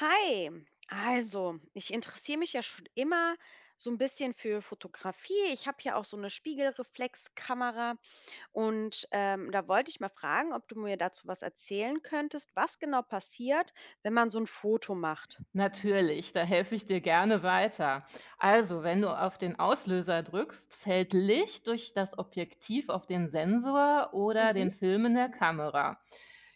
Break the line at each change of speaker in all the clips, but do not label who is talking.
Hi, also ich interessiere mich ja schon immer so ein bisschen für Fotografie. Ich habe hier auch so eine Spiegelreflexkamera und da wollte ich mal fragen, ob du mir dazu was erzählen könntest, was genau passiert, wenn man so ein Foto macht.
Natürlich, da helfe ich dir gerne weiter. Also, wenn du auf den Auslöser drückst, fällt Licht durch das Objektiv auf den Sensor oder
Mhm,
den Film in der Kamera.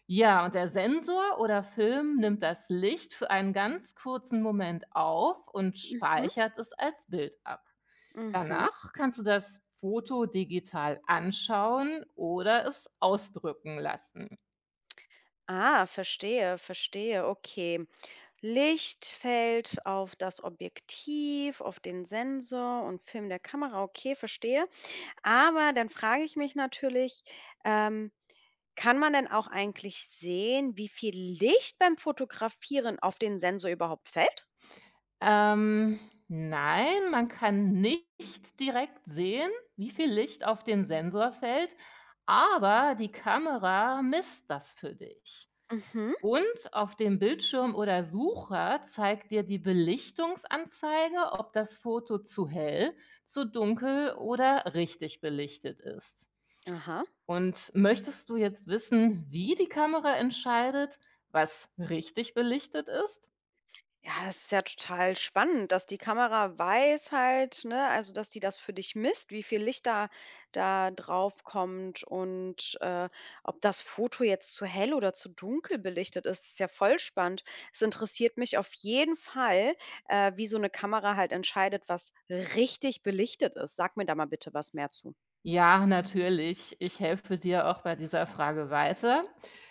Ja, und der Sensor oder Film nimmt das Licht für einen ganz kurzen Moment auf und
mhm.
speichert es als Bild ab.
Mhm.
Danach kannst du das Foto digital anschauen oder es ausdrücken lassen.
Ah, verstehe, verstehe. Okay. Licht fällt auf das Objektiv, auf den Sensor und Film der Kamera. Okay, verstehe. Aber dann frage ich mich natürlich, ähm, kann man denn auch eigentlich sehen, wie viel Licht beim Fotografieren auf den Sensor überhaupt fällt?
Ähm, nein, man kann nicht direkt sehen, wie viel Licht auf den Sensor fällt, aber die Kamera misst das für dich.
Mhm.
Und auf dem Bildschirm oder Sucher zeigt dir die Belichtungsanzeige, ob das Foto zu hell, zu dunkel oder richtig belichtet ist.
Aha.
Und möchtest du jetzt wissen, wie die Kamera entscheidet, was richtig belichtet ist?
Ja, das ist ja total spannend, dass die Kamera weiß halt, ne, also dass die das für dich misst, wie viel Licht da drauf kommt und ob das Foto jetzt zu hell oder zu dunkel belichtet ist, ist ja voll spannend. Es interessiert mich auf jeden Fall, wie so eine Kamera halt entscheidet, was richtig belichtet ist. Sag mir da mal bitte was mehr zu.
Ja, natürlich. Ich helfe dir auch bei dieser Frage weiter.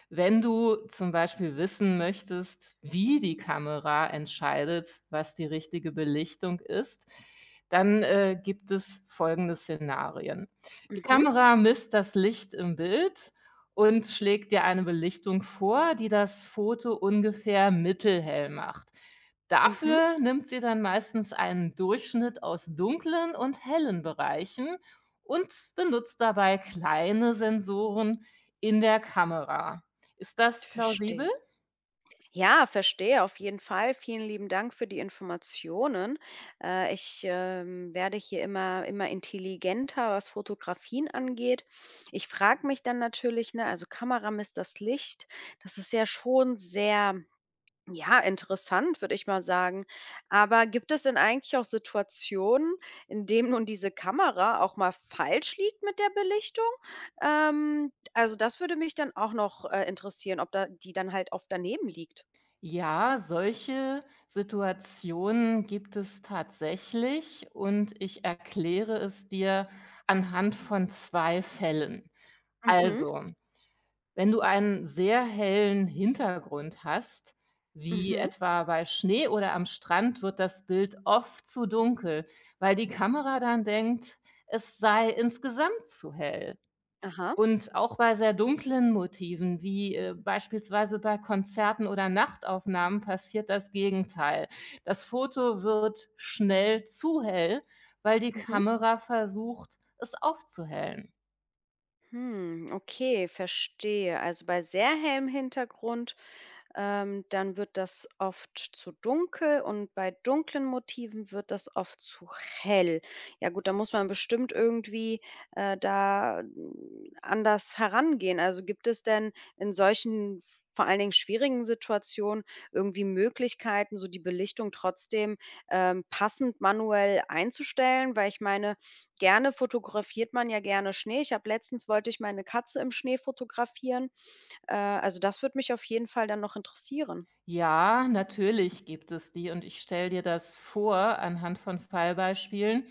Wenn du zum Beispiel wissen möchtest, wie die Kamera entscheidet, was die richtige Belichtung ist, dann gibt es folgende Szenarien. Die
Mhm,
Kamera misst das Licht im Bild und schlägt dir eine Belichtung vor, die das Foto ungefähr mittelhell macht.
mhm,
Dafür nimmt sie dann meistens einen Durchschnitt aus dunklen und hellen Bereichen und benutzt dabei kleine Sensoren in der Kamera. Ist das
ich verstehe.
plausibel?
Ja, verstehe auf jeden Fall. Vielen lieben Dank für die Informationen. Ich werde hier immer intelligenter, was Fotografien angeht. Ich frage mich dann natürlich, ne, also Kamera misst das Licht. Das ist ja schon sehr, ja, interessant, würde ich mal sagen. Aber gibt es denn eigentlich auch Situationen, in dem nun diese Kamera auch mal falsch liegt mit der Belichtung? Also das würde mich dann auch noch, interessieren, ob da die dann halt oft daneben liegt.
Ja, solche Situationen gibt es tatsächlich und ich erkläre es dir anhand von 2 Fällen.
Mhm,
Also, wenn du einen sehr hellen Hintergrund hast, wie
mhm,
etwa bei Schnee oder am Strand, wird das Bild oft zu dunkel, weil die Kamera dann denkt, es sei insgesamt zu hell.
aha,
Und auch bei sehr dunklen Motiven, wie, beispielsweise bei Konzerten oder Nachtaufnahmen passiert das Gegenteil. Das Foto wird schnell zu hell, weil die
mhm.
Kamera versucht, es aufzuhellen.
Hm, okay, verstehe. Also bei sehr hellem Hintergrund dann wird das oft zu dunkel und bei dunklen Motiven wird das oft zu hell. Ja gut, da muss man bestimmt irgendwie, anders herangehen. Also, gibt es denn in solchen vor allen Dingen schwierigen Situationen irgendwie Möglichkeiten, so die Belichtung trotzdem, passend manuell einzustellen? Weil ich meine, gerne fotografiert man ja gerne Schnee. Ich habe letztens wollte ich meine Katze im Schnee fotografieren. Also, das würde mich auf jeden Fall dann noch interessieren.
Ja, natürlich gibt es die und ich stelle dir das vor anhand von Fallbeispielen.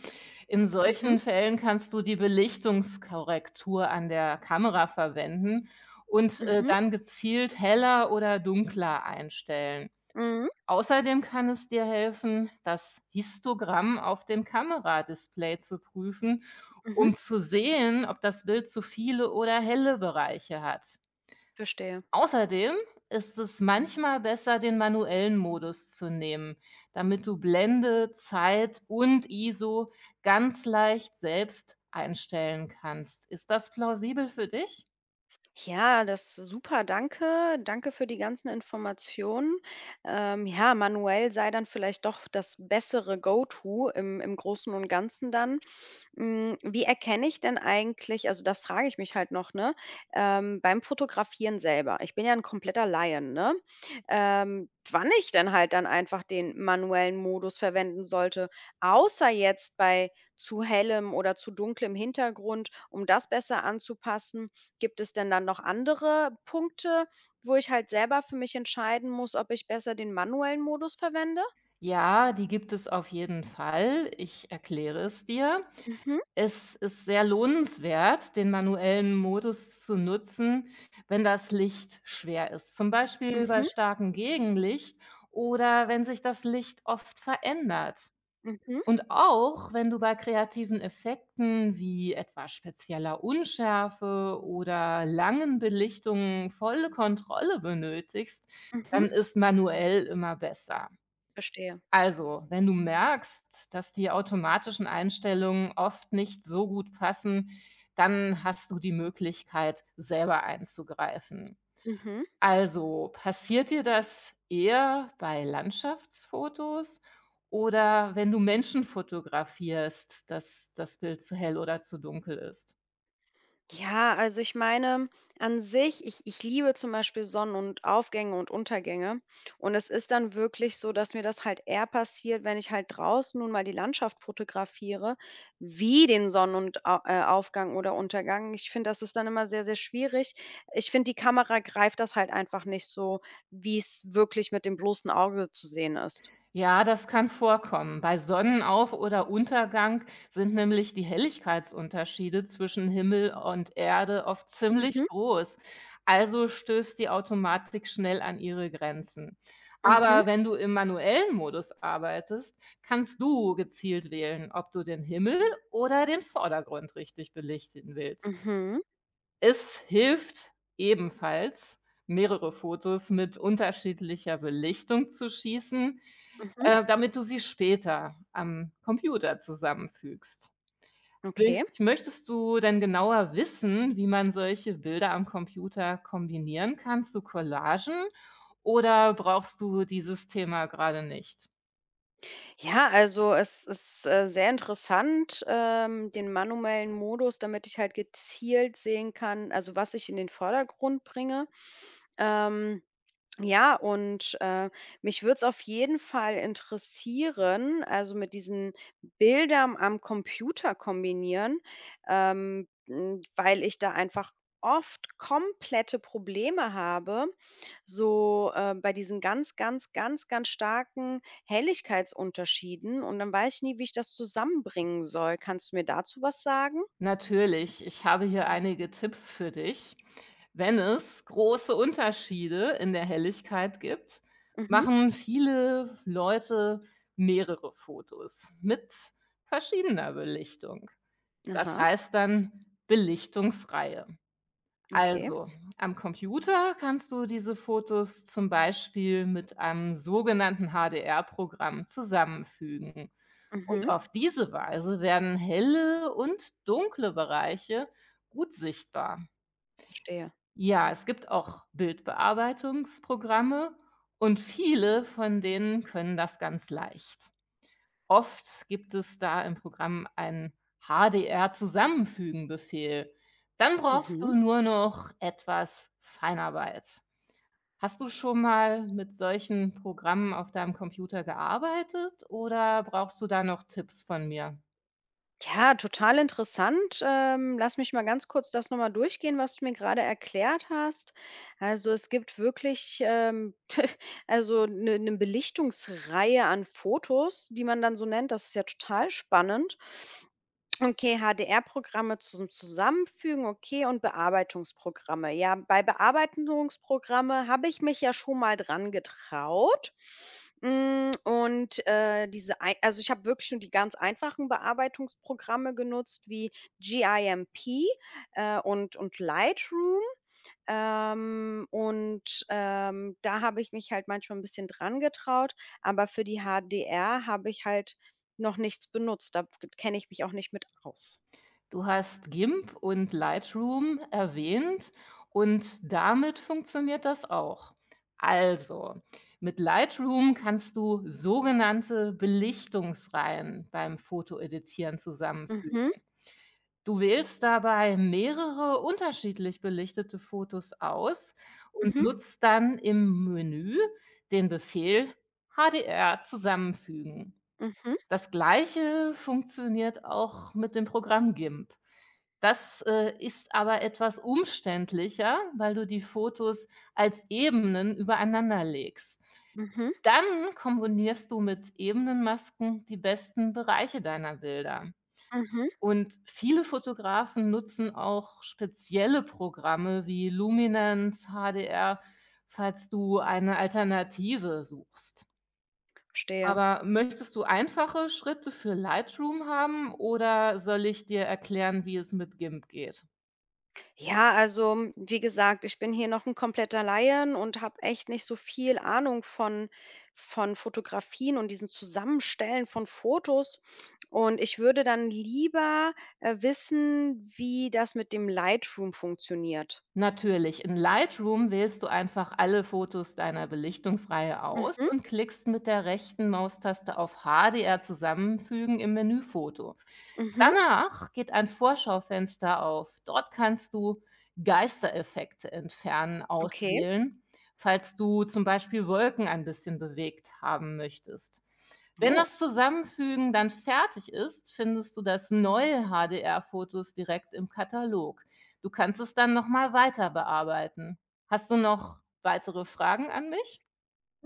In
Mhm,
solchen Fällen kannst du die Belichtungskorrektur an der Kamera verwenden und
mhm,
dann gezielt heller oder dunkler einstellen.
mhm,
Außerdem kann es dir helfen, das Histogramm auf dem Kameradisplay zu prüfen,
mhm,
um zu sehen, ob das Bild zu viele oder helle Bereiche hat.
verstehe.
Außerdem ist es manchmal besser, den manuellen Modus zu nehmen, damit du Blende, Zeit und ISO ganz leicht selbst einstellen kannst. Ist das plausibel für dich?
Ja, das super, danke. Danke für die ganzen Informationen. Ja, manuell sei dann vielleicht doch das bessere Go-To im Großen und Ganzen dann. Mm, wie erkenne ich denn eigentlich, also das frage ich mich halt noch, ne, beim Fotografieren selber. Ich bin ja ein kompletter Laien, ne? Wann ich denn halt dann einfach den manuellen Modus verwenden sollte, außer jetzt bei zu hellem oder zu dunklem Hintergrund, um das besser anzupassen. Gibt es denn dann noch andere Punkte, wo ich halt selber für mich entscheiden muss, ob ich besser den manuellen Modus verwende?
Ja, die gibt es auf jeden Fall. Ich erkläre es dir.
Mhm,
Es ist sehr lohnenswert, den manuellen Modus zu nutzen, wenn das Licht schwer ist, zum Beispiel bei
mhm,
starkem Gegenlicht oder wenn sich das Licht oft verändert.
mhm,
Und auch wenn du bei kreativen Effekten wie etwa spezieller Unschärfe oder langen Belichtungen volle Kontrolle benötigst,
mhm.
dann ist manuell immer besser.
Verstehe.
Also, wenn du merkst, dass die automatischen Einstellungen oft nicht so gut passen, dann hast du die Möglichkeit, selber einzugreifen.
Mhm.
Also, passiert dir das eher bei Landschaftsfotos oder wenn du Menschen fotografierst, dass das Bild zu hell oder zu dunkel ist?
Ja, also ich meine, an sich, ich liebe zum Beispiel Sonnen und Aufgänge und Untergänge. Und es ist dann wirklich so, dass mir das halt eher passiert, wenn ich halt draußen nun mal die Landschaft fotografiere, wie den Sonnen und Au Aufgang oder Untergang. Ich finde, das ist dann immer sehr, sehr schwierig. Ich finde, die Kamera greift das halt einfach nicht so, wie es wirklich mit dem bloßen Auge zu sehen ist.
Ja, das kann vorkommen. Bei Sonnenauf- oder Untergang sind nämlich die Helligkeitsunterschiede zwischen Himmel und Erde oft ziemlich
Mhm,
groß. Also stößt die Automatik schnell an ihre Grenzen.
mhm,
Aber wenn du im manuellen Modus arbeitest, kannst du gezielt wählen, ob du den Himmel oder den Vordergrund richtig belichten willst.
mhm,
Es hilft ebenfalls, mehrere Fotos mit unterschiedlicher Belichtung zu schießen
mhm,
damit du sie später am Computer zusammenfügst. Rich
okay.
möchtest du denn genauer wissen, wie man solche Bilder am Computer kombinieren kann zu Collagen oder brauchst du dieses Thema gerade nicht?
Ja, also es ist, sehr interessant, den manuellen Modus, damit ich halt gezielt sehen kann, also was ich in den Vordergrund bringe. Ähm ja, und mich würde es auf jeden Fall interessieren, also, mit diesen Bildern am Computer kombinieren, weil ich da einfach oft komplette Probleme habe, so, bei diesen ganz, ganz, ganz, ganz starken Helligkeitsunterschieden und dann weiß ich nie, wie ich das zusammenbringen soll. Kannst du mir dazu was sagen?
Natürlich, ich habe hier einige Tipps für dich. Wenn es große Unterschiede in der Helligkeit gibt,
Mhm.
machen viele Leute mehrere Fotos mit verschiedener Belichtung. Das
Aha,
heißt dann Belichtungsreihe.
okay.
Also, am Computer kannst du diese Fotos zum Beispiel mit einem sogenannten HDR-Programm zusammenfügen. Und
Mhm.
auf diese Weise werden helle und dunkle Bereiche gut sichtbar.
Verstehe.
Ja, es gibt auch Bildbearbeitungsprogramme und viele von denen können das ganz leicht. Oft gibt es da im Programm einen HDR-Zusammenfügen-Befehl. Dann brauchst
Mhm.
du nur noch etwas Feinarbeit. Hast du schon mal mit solchen Programmen auf deinem Computer gearbeitet oder brauchst du da noch Tipps von mir?
Ja, total interessant. Lass mich mal ganz kurz das nochmal durchgehen, was du mir gerade erklärt hast. Also es gibt wirklich also eine Belichtungsreihe an Fotos, die man dann so nennt. Das ist ja total spannend. Okay, HDR-Programme zum Zusammenfügen, okay, und Bearbeitungsprogramme. Ja, bei Bearbeitungsprogramme habe ich mich ja schon mal dran getraut. Mm, und also ich habe wirklich nur die ganz einfachen Bearbeitungsprogramme genutzt, wie GIMP und Lightroom. Da habe ich mich halt manchmal ein bisschen dran getraut, aber für die HDR habe ich halt noch nichts benutzt. Da kenne ich mich auch nicht mit aus.
Du hast GIMP und Lightroom erwähnt und damit funktioniert das auch. Also, mit Lightroom kannst du sogenannte Belichtungsreihen beim Fotoeditieren zusammenfügen.
Mhm,
Du wählst dabei mehrere unterschiedlich belichtete Fotos aus und
mhm,
nutzt dann im Menü den Befehl HDR zusammenfügen.
mhm,
Das gleiche funktioniert auch mit dem Programm GIMP. Das ist aber etwas umständlicher, weil du die Fotos als Ebenen übereinander legst.
mhm,
Dann kombinierst du mit Ebenenmasken die besten Bereiche deiner Bilder.
mhm,
Und viele Fotografen nutzen auch spezielle Programme wie Luminance, HDR, falls du eine Alternative suchst.
verstehe.
Aber möchtest du einfache Schritte für Lightroom haben oder soll ich dir erklären, wie es mit GIMP geht?
Ja, also, hm, wie gesagt, ich bin hier noch ein kompletter Laien und habe echt nicht so viel Ahnung von Fotografien und diesen Zusammenstellen von Fotos. Und ich würde dann lieber, wissen, wie das mit dem Lightroom funktioniert.
Natürlich, in Lightroom wählst du einfach alle Fotos deiner Belichtungsreihe aus
Mhm,
und klickst mit der rechten Maustaste auf HDR zusammenfügen im Menüfoto.
mhm,
Danach geht ein Vorschaufenster auf. Dort kannst du Geistereffekte entfernen
okay.
auswählen, falls du zum Beispiel Wolken ein bisschen bewegt haben möchtest. Wenn
Oh.
das Zusammenfügen dann fertig ist, findest du das neue HDR-Fotos direkt im Katalog. Du kannst es dann noch mal weiter bearbeiten. Hast du noch weitere Fragen an mich?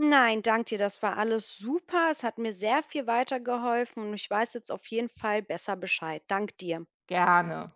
Nein, dank dir, das war alles super. Es hat mir sehr viel weitergeholfen und ich weiß jetzt auf jeden Fall besser Bescheid. Dank dir.
Gerne.